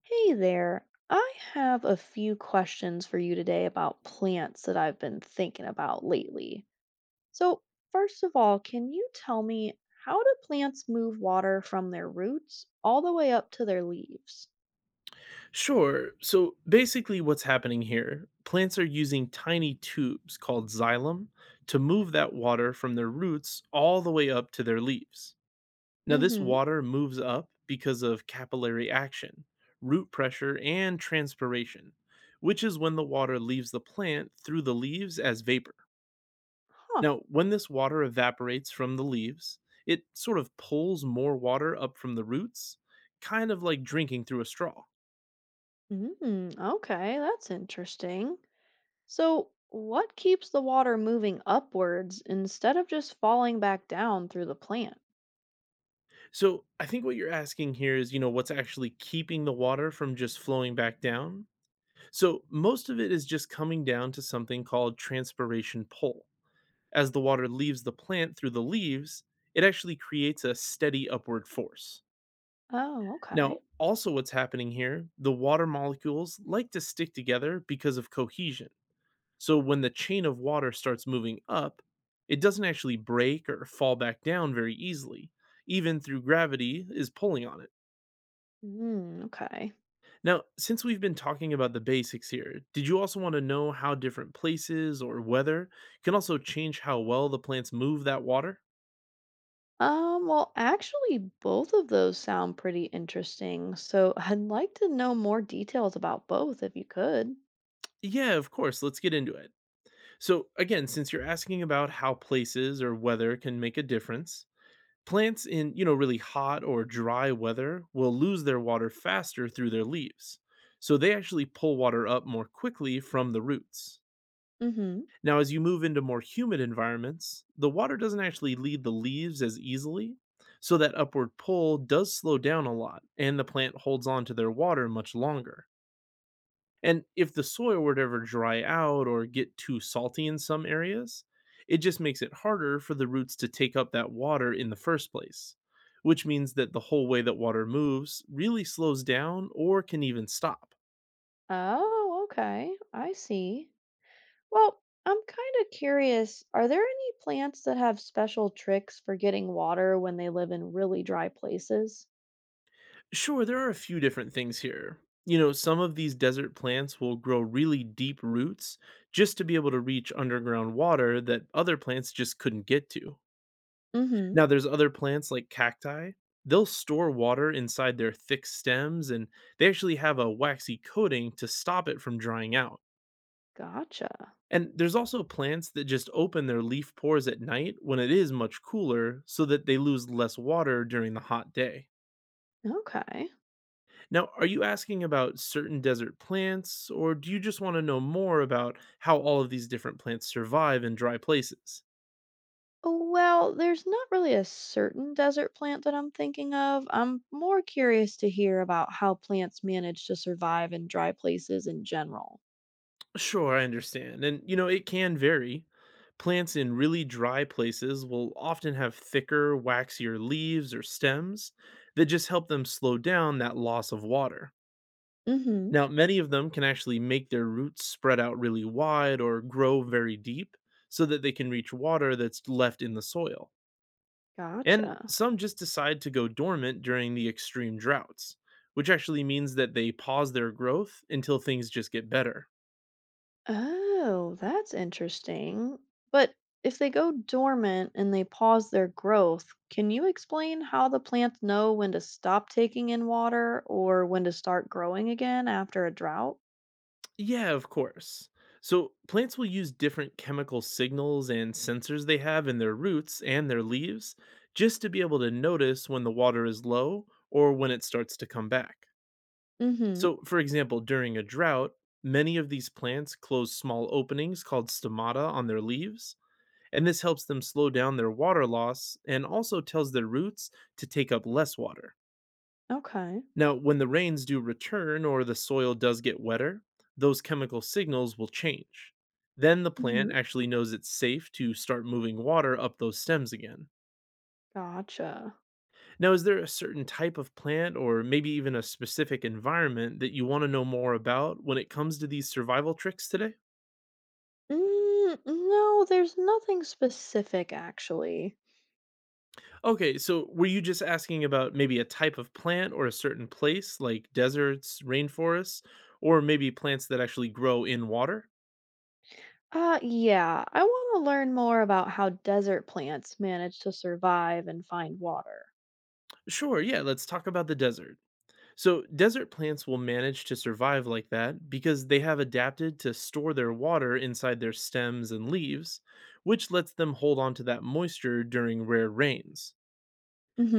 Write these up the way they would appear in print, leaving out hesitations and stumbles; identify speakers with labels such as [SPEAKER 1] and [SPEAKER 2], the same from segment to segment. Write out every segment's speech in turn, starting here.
[SPEAKER 1] Hey there. I have a few questions for you today about plants that I've been thinking about lately. So, First of all, can you tell me, how do plants move water from their roots all the way up to their leaves?
[SPEAKER 2] Sure. So basically, what's happening here plants are using tiny tubes called xylem to move that water from their roots all the way up to their leaves. Now, this
[SPEAKER 1] Mm-hmm.
[SPEAKER 2] water moves up because of capillary action, root pressure, and transpiration, which is when the water leaves the plant through the leaves as vapor.
[SPEAKER 1] Huh.
[SPEAKER 2] Now, when this water evaporates from the leaves, it sort of pulls more water up from the roots, kind of like drinking through a straw.
[SPEAKER 1] Mm, okay, that's interesting. So, what keeps the water moving upwards instead of just falling back down through the plant?
[SPEAKER 2] So I think what you're asking here is, what's actually keeping the water from just flowing back down? So most of it is just coming down to something called transpiration pull. As the water leaves the plant through the leaves, it actually creates a steady upward force.
[SPEAKER 1] Oh,
[SPEAKER 2] Now,
[SPEAKER 1] okay.
[SPEAKER 2] also what's happening here, the water molecules like to stick together because of cohesion. So when the chain of water starts moving up, it doesn't actually break or fall back down very easily, even through gravity is pulling on it.
[SPEAKER 1] Mm, okay.
[SPEAKER 2] Now, since we've been talking about the basics here, did you also want to know how different places or weather can also change how well the plants move that water?
[SPEAKER 1] Well, actually, both of those sound pretty interesting. So I'd like to know more details about both if you could.
[SPEAKER 2] Yeah, of course, let's get into it. So, again, since you're asking about how places or weather can make a difference, plants in, really hot or dry weather will lose their water faster through their leaves. So, they actually pull water up more quickly from the roots.
[SPEAKER 1] Mm-hmm.
[SPEAKER 2] Now, as you move into more humid environments, the water doesn't actually lead the leaves as easily, so that upward pull does slow down a lot, and the plant holds on to their water much longer. And if the soil were to ever dry out or get too salty in some areas, it just makes it harder for the roots to take up that water in the first place, which means that the whole way that water moves really slows down or can even stop.
[SPEAKER 1] Oh, okay. I see. Well, I'm kind of curious, are there any plants that have special tricks for getting water when they live in really dry places?
[SPEAKER 2] Sure, there are a few different things here. You know, some of these desert plants will grow really deep roots just to be able to reach underground water that other plants just couldn't get to.
[SPEAKER 1] Mm-hmm.
[SPEAKER 2] Now, there's other plants like cacti. They'll store water inside their thick stems and they actually have a waxy coating to stop it from drying out.
[SPEAKER 1] Gotcha.
[SPEAKER 2] And there's also plants that just open their leaf pores at night when it is much cooler so that they lose less water during the hot day.
[SPEAKER 1] Okay.
[SPEAKER 2] Now, are you asking about certain desert plants, or do you just want to know more about how all of these different plants survive in dry places?
[SPEAKER 1] Well, there's not really a certain desert plant that I'm thinking of. I'm more curious to hear about how plants manage to survive in dry places in general.
[SPEAKER 2] Sure, I understand. And, you know, it can vary. Plants in really dry places will often have thicker, waxier leaves or stems that just help them slow down that loss of water.
[SPEAKER 1] Mm-hmm.
[SPEAKER 2] Now, many of them can actually make their roots spread out really wide or grow very deep so that they can reach water that's left in the soil. And
[SPEAKER 1] Gotcha.
[SPEAKER 2] some just decide to go dormant during the extreme droughts, which actually means that they pause their growth until things just get better.
[SPEAKER 1] Oh, that's interesting. But if they go dormant and they pause their growth, can you explain how the plants know when to stop taking in water or when to start growing again after a drought?
[SPEAKER 2] Yeah, of course. So, plants will use different chemical signals and sensors they have in their roots and their leaves just to be able to notice when the water is low or when it starts to come back.
[SPEAKER 1] Mm-hmm.
[SPEAKER 2] So, for example, during a drought, many of these plants close small openings called stomata on their leaves and this helps them slow down their water loss and also tells their roots to take up less water.
[SPEAKER 1] Okay.
[SPEAKER 2] Now, when the rains do return or the soil does get wetter, those chemical signals will change. Then the plant
[SPEAKER 1] Mm-hmm.
[SPEAKER 2] actually knows it's safe to start moving water up those stems again.
[SPEAKER 1] Gotcha.
[SPEAKER 2] Now, is there a certain type of plant or maybe even a specific environment that you want to know more about when it comes to these survival tricks today?
[SPEAKER 1] Mm, no, there's nothing specific actually.
[SPEAKER 2] Okay, so were you just asking about maybe a type of plant or a certain place, like deserts, rainforests, or maybe plants that actually grow in water?
[SPEAKER 1] Yeah, I want to learn more about how desert plants manage to survive and find water.
[SPEAKER 2] Sure, yeah, let's talk about the desert. So, desert plants will manage to survive like that because they have adapted to store their water inside their stems and leaves, which lets them hold on to that moisture during rare rains.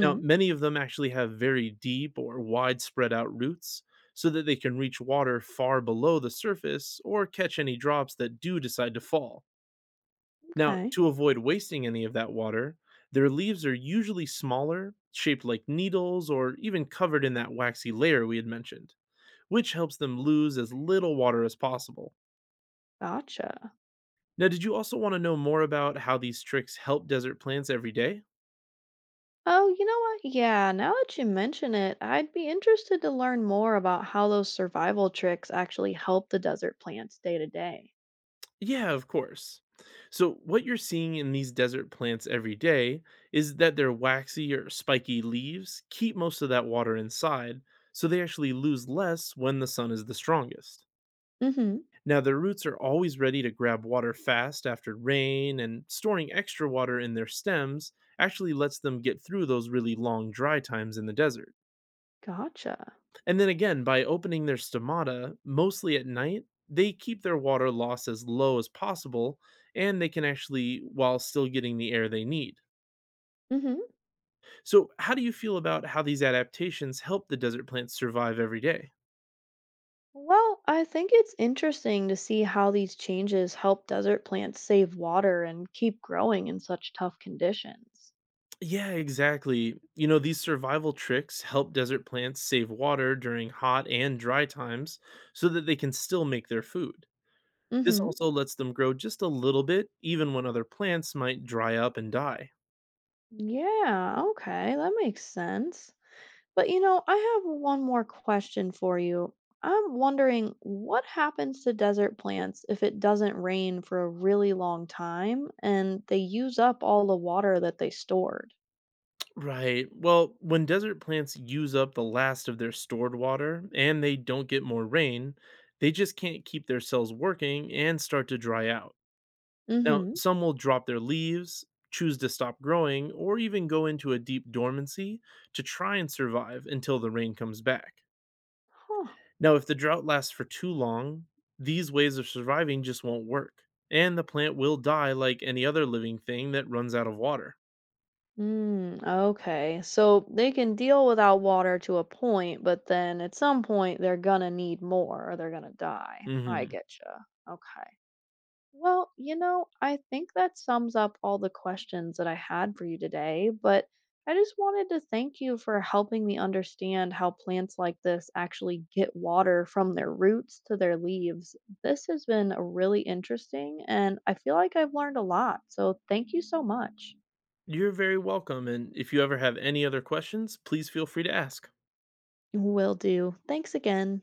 [SPEAKER 2] Now, many of them actually have very deep or widespread out roots so that they can reach water far below the surface or catch any drops that do decide to fall. Now,
[SPEAKER 1] Okay.
[SPEAKER 2] to avoid wasting any of that water, their leaves are usually smaller, shaped like needles, or even covered in that waxy layer we had mentioned, which helps them lose as little water as possible.
[SPEAKER 1] Gotcha.
[SPEAKER 2] Now, did you also want to know more about how these tricks help desert plants every day?
[SPEAKER 1] Oh, you know what? Yeah, now that you mention it, I'd be interested to learn more about how those survival tricks actually help the desert plants day to day.
[SPEAKER 2] Yeah, of course. So, what you're seeing in these desert plants every day is that their waxy or spiky leaves keep most of that water inside, so they actually lose less when the sun is the strongest.
[SPEAKER 1] Mm-hmm.
[SPEAKER 2] Now, their roots are always ready to grab water fast after rain, and storing extra water in their stems actually lets them get through those really long dry times in the desert.
[SPEAKER 1] Gotcha.
[SPEAKER 2] And then again, by opening their stomata, mostly at night, they keep their water loss as low as possible and they can actually, while still getting the air they need.
[SPEAKER 1] Mm-hmm.
[SPEAKER 2] So, how do you feel about how these adaptations help the desert plants survive every day?
[SPEAKER 1] Well, I think it's interesting to see how these changes help desert plants save water and keep growing in such tough conditions.
[SPEAKER 2] Yeah, exactly. You know, these survival tricks help desert plants save water during hot and dry times so that they can still make their food. This
[SPEAKER 1] Mm-hmm.
[SPEAKER 2] also lets them grow just a little bit, even when other plants might dry up and die.
[SPEAKER 1] Yeah, okay, that makes sense. But you know, I have one more question for you. I'm wondering what happens to desert plants if it doesn't rain for a really long time and they use up all the water that they stored?
[SPEAKER 2] Right. Well, when desert plants use up the last of their stored water and they don't get more rain, they just can't keep their cells working and start to dry out. Now,
[SPEAKER 1] Mm-hmm.
[SPEAKER 2] some will drop their leaves, choose to stop growing, or even go into a deep dormancy to try and survive until the rain comes back.
[SPEAKER 1] Huh.
[SPEAKER 2] Now, if the drought lasts for too long, these ways of surviving just won't work, and the plant will die like any other living thing that runs out of water.
[SPEAKER 1] Mm, okay. So they can deal without water to a point, but then at some point they're gonna need more or they're gonna die. I
[SPEAKER 2] Mhm.
[SPEAKER 1] getcha. Okay. Well, you know, I think that sums up all the questions that I had for you today, but I just wanted to thank you for helping me understand how plants like this actually get water from their roots to their leaves. This has been really interesting, and I feel like I've learned a lot. So thank you so much.
[SPEAKER 2] You're very welcome, and if you ever have any other questions, please feel free to ask.
[SPEAKER 1] Will do. Thanks again.